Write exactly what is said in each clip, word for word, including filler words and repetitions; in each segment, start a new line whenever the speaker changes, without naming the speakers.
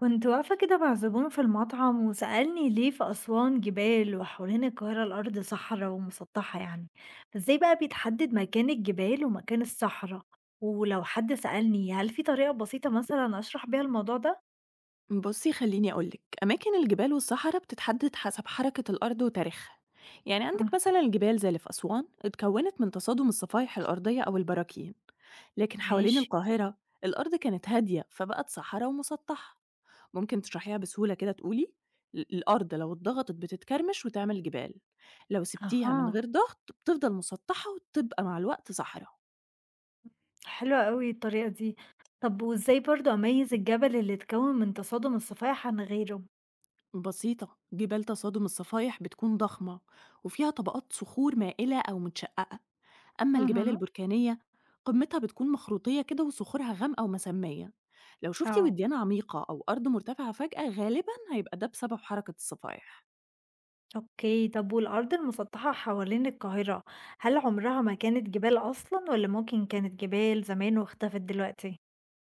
كنت واقفة كده مع زبون في المطعم وسألني ليه في أسوان جبال وحوالين القاهرة الأرض صحراء ومسطحة يعني فازاي بقى بيتحدد مكان الجبال ومكان الصحراء، ولو حد سألني هل في طريقة بسيطة مثلا أشرح بيها الموضوع ده؟
بصي، خليني أقولك أماكن الجبال والصحراء بتتحدد حسب حركة الأرض وتاريخها. يعني عندك
مم.
مثلا الجبال زي اللي في أسوان اتكونت من تصادم الصفائح الأرضية أو البراكين. لكن حوالين
ماشي.
القاهرة الأرض كانت هادية فبقت صحراء ومسطحة. ممكن تشرحيها بسهولة كده، تقولي ال- الأرض لو اتضغطت بتتكرمش وتعمل جبال، لو سبتيها من
أها،
غير ضغط بتفضل مسطحة وتبقى مع الوقت صحراء.
حلوة قوي الطريقة دي. طب وازاي برضو أميز الجبل اللي اتكون من تصادم الصفائح عن غيره؟
بسيطة، جبال تصادم الصفائح بتكون ضخمة وفيها طبقات صخور مائلة أو متشققة. أما الجبال
مهم.
البركانية، قمتها بتكون مخروطية كده وصخورها غامقة ومسمية. لو شفتي
اه،
وديان عميقة أو أرض مرتفعة فجأة، غالبا هيبقى ده بسبب حركة الصفائح.
أوكي. طب والأرض المسطحة حوالين القاهرة هل عمرها ما كانت جبال أصلا ولا ممكن كانت جبال زمان واختفت دلوقتي؟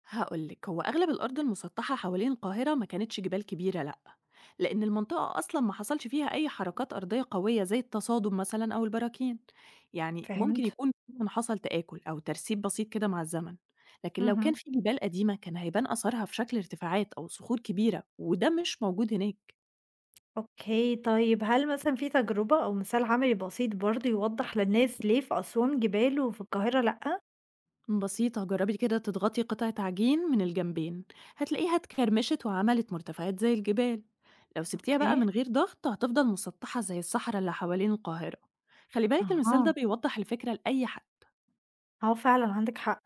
هقولك، هو أغلب الأرض المسطحة حوالين القاهرة ما كانتش جبال كبيرة، لأ، لأن المنطقة أصلا ما حصلش فيها أي حركات أرضية قوية زي التصادم مثلا أو البراكين. يعني ممكن
فهمت؟
يكون فعلاً حصل تآكل أو ترسيب بسيط كده مع الزمن، لكن لو كان
مهم.
في جبال قديمة كان هيبان أثرها في شكل ارتفاعات أو صخور كبيرة، وده مش موجود هناك.
أوكي، طيب هل مثلا في تجربة أو مثال عملي بسيط برضه يوضح للناس ليه في أسوان جبال وفي القاهرة لأ؟
بسيطة، جربي كده تضغطي قطعة عجين من الجنبين، هتلاقيها اتكرمشت وعملت مرتفعات زي الجبال. لو سبتيها بقى
اوكي.
من غير ضغط هتفضل مسطحة زي الصحراء اللي حوالين القاهرة. خلي بالك، المثال ده
أها،
بيوضح الفكرة لأي حد.
اه فعلا عندك حق.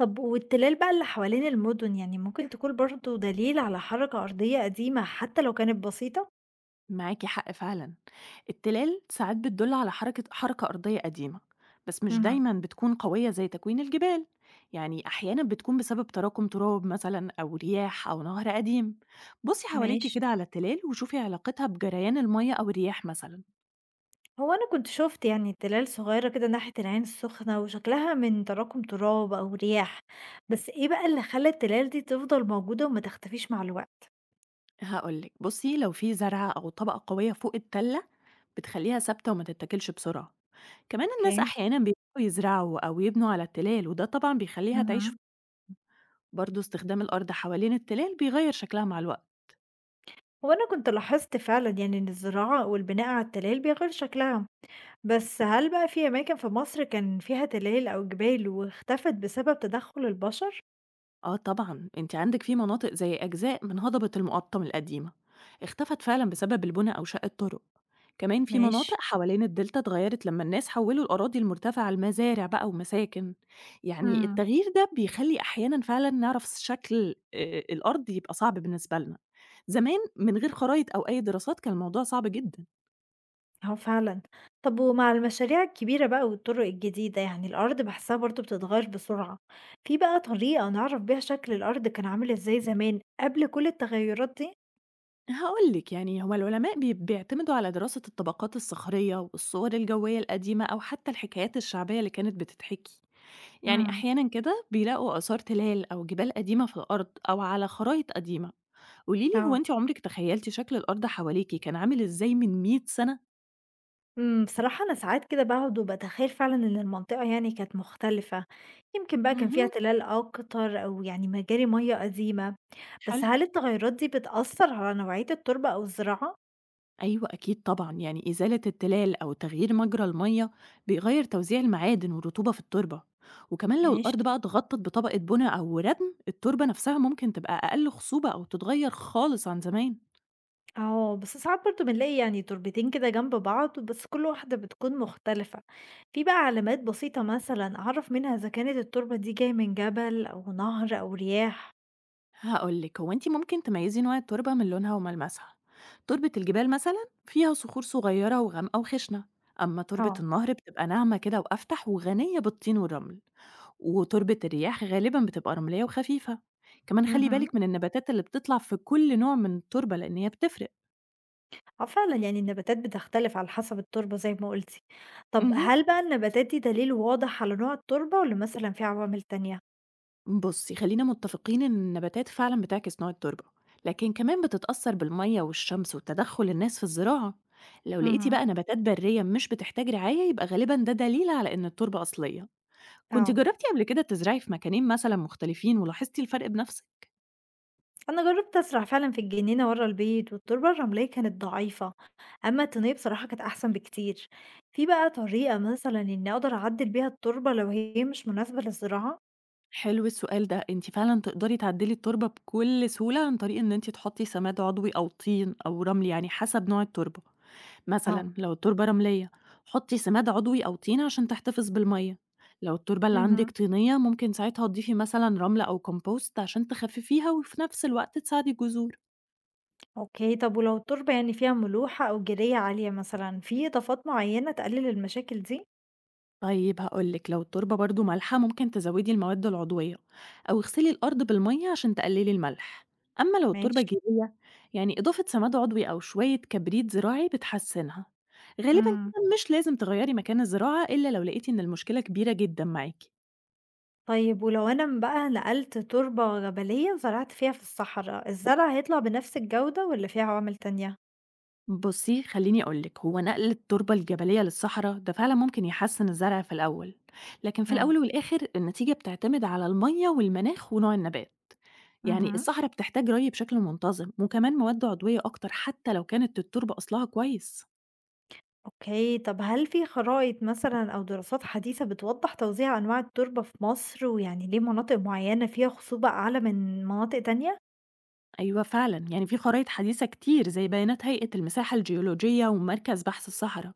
طب والتلال بقى اللي حوالين المدن يعني ممكن تكون برضه دليل على حركة أرضية قديمة حتى لو كانت بسيطة؟
معاكي حق فعلا، التلال ساعات بتدل على حركة حركة أرضية قديمة، بس مش
مهم.
دايما بتكون قوية زي تكوين الجبال. يعني أحيانا بتكون بسبب تراكم تراب مثلا أو رياح أو نهر قديم. بصي حواليكي
ماشي.
كده على التلال، وشوفي علاقتها بجريان المية أو الرياح مثلا.
هو أنا كنت شُفت يعني تلال صغيّرة كده ناحية العين السخنة، وشكلها من تراكم تراب أو رياح، بس إيه بقى اللي خلّى التلال دي تفضل موجودة وما تختفيش مع الوقت؟
هاقول لِك، بُصّي، لو في زرعة أو طبقة قوية فوق التلة بتخلّيها ثابتة وما تتاكلش بسرعة. كمان الناس
أوكي.
أحيانًا بيبدؤوا يزرعوا أو يبنوا على التلال، وده طبعًا بيخلّيها تعيش. ف
اهم.
برضه استخدام الأرض حوالين التلال بيغيّر شكلها مع الوقت.
هو أنا كنت لاحظت فعلًا يعني إن الزراعة والبناء على التلال بيغيّر شكلها، بس هل بقى في أماكن في مصر كان فيها تلال أو جبال واختفت بسبب تدخُّل البشر؟
آه طبعًا، أنتِ عندِك في مناطق زي أجزاء من هضبة المُقطّم القديمة، اختفت فعلًا بسبب البُنى أو شق الطرق. كمان في
ماشي.
مناطق حوالين الدلتا اتغيّرت لمّا الناس حوّلوا الأراضي المرتفعة لمزارع بقى ومساكن. يعني
إمم.
التغيير ده بيخلّي أحيانًا فعلًا نعرف شكل آآ الأرض يبقى صعب بالنسبة لنا. زمان، من غير خرايط أو أي دراسات، كان الموضوع صعب جدًا.
آه فعلًا. طب ومع المشاريع الكبيرة بقى والطرق الجديدة، يعني الأرض باحسها برضه بتتغيّر بسرعة، في بقى طريقة نعرف بيها شكل الأرض كان عامل إزاي زمان قبل كل التغيُّرات دي؟
هاقول لِك، يعني هو العلماء بي بيعتمدوا على دراسة الطبقات الصخرية والصور الجوية القديمة أو حتى الحكايات الشعبية اللي كانت بتتحكي. يعني
امم،
أحيانا كده بيلاقوا آثار تلال أو جبال قديمة في الأرض أو على خرايط قديمة. قوليلي، هو
آه.
أنت عمرك تخيلتي شكل الأرض حواليكي كان عامل إزاي من مئة سنة؟
إمم، بصراحة أنا ساعات كده باقعد وباتخيّل فعلًا إن المنطقة يعني كانت مختلفة، يمكن بقى كان فيها
مهم.
تلال أكتر أو يعني مجاري مَيّة قديمة، بس
حلو.
هل التغيُّرات دي بتأثّر على نوعية التربة أو الزراعة؟
أيوة أكيد طبعا، يعني إزالة التلال أو تغيير مجرى المية بيغير توزيع المعادن والرطوبة في التربة. وكمان لو
ماشي.
الأرض بقى اتغطت بطبقة بناء أو ردم، التربة نفسها ممكن تبقى أقل خصوبة أو تتغير خالص عن زمان.
آه، بس ساعات برضه بنلاقي يعني توربتين كده جنب بعض بس كل واحدة بتكون مختلفة، في بقى علامات بسيطة مثلًا أعرف منها إذا كانت التربة دي جاية من جبل أو نهر أو رياح؟
هقول لك، هو انت ممكن تميزي نوع التربه من لونها وملمسها. تربه الجبال مثلا فيها صخور صغيره وغامقه وخشنه، اما تربه
آه،
النهر بتبقى ناعمه كده وافتح وغنيه بالطين والرمل، وتربه الرياح غالبا بتبقى رمليه وخفيفه. كمان خلي
اهم.
بالك من النباتات اللي بتطلع في كل نوع من التربه، لان هي بتفرق.
آه فعلًا يعني النباتات بتختلف على حسب التربة زي ما قُلتِ، طب
مهم.
هل بقى النباتات دي دليل واضح على نوع التربة والّا مثلًا في عوامل تانية؟
بصي، خلينا متفقين إن النباتات فعلا بتعكس نوع التربة، لكن كمان بتتأثر بالمية والشمس وتدخل الناس في الزراعة. لو لقيتي
اهم.
بقى نباتات برية مش بتحتاج رعاية، يبقى غالبا ده دليل على إن التربة أصلية. كنت
آه.
جربتي قبل كده تزرعي في مكانين مثلا مختلفين ولاحظتي الفرق بنفسك؟
أنا جرّبت أزرع فعلًا في الجنينة ورا البيت، والتربة الرملية كانت ضعيفة، أمّا الطينية بصراحة كانت أحسن بكتير. في بقى طريقة مثلًا إني أقدر أعدّل بيها التربة لو هي مش مناسبة للزراعة؟
حلو السؤال ده. انت فعلا تقدري تعدلي التربة بكل سهولة، عن طريق ان انت تحطي سماد عضوي او طين او رمل، يعني حسب نوع التربة.
آه،
مثلا لو التربة رملية، حطي سماد عضوي أو طين عشان تحتفظ بالمية. لو التربة اللي عندك
اهم.
طينية، ممكن ساعتها تضيفي مثلا رملة أو كومبوست عشان تخففيها، وفي نفس الوقت تساعدي الجذور.
أوكي، طب ولو التربة يعني فيها ملوحة أو جيرية عالية مثلًا، في إضافات معيّنة تقلل المشاكل دي؟
طيب، هقولك، لو التربة برضو مالحة ممكن تزودي المواد العضوية، أو اغسلي الأرض بالمية عشان تقللي الملح. أما لو التربة
ماشي،
جيرية، يعني إضافة سماد عضوي أو شوية كبريت زراعي بتحسنها. غالبا
إمم.
كده مش لازم تغيري مكان الزراعة، إلا لو لقيتي إن المشكلة كبيرة جدا معاكي.
طيب ولو أنا م بقى نقلت تربة جبلية وزرعت فيها في الصحرا، الزرع هيطلع بنفس الجودة والّا في عوامل تانية؟
بصي، خليني أقولك، هو نقل التربة الجبلية للصحراء ده فعلا ممكن يحسن الزرع في الأول، لكن في
آه،
الأول والآخر النتيجة بتعتمد على المية والمناخ ونوع النبات. يعني
اهم.
الصحراء بتحتاج ري بشكل منتظم، وكمان مواد عضوية أكتر، حتى لو كانت التربة أصلها كويس.
أوكي، طب هل في خرائط مثلًا أو دراسات حديثة بتوضّح توزيع أنواع التربة في مصر، ويعني ليه مناطق معيّنة فيها خصوبة أعلى من مناطق تانية؟
أيوة فعلا، يعني في خرائط حديثة كتير زي بيانات هيئة المساحة الجيولوجية ومركز بحث الصحراء.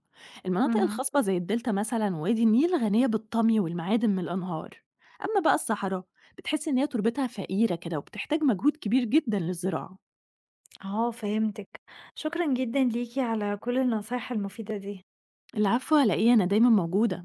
المناطق
اهم.
الخصبة زي الدلتا مثلا ووادي النيل غنية بالطمي والمعادن من الأنهار. أما بقى الصحراء، بتحس إن هي تربتها فقيرة كده وبتحتاج مجهود كبير جدا للزراعة.
آه، فهمتِك، شكرًا جدًا ليكِ على كل النصايح المفيدة دي.
العفو، هلاقيه، أنا دايما موجودة.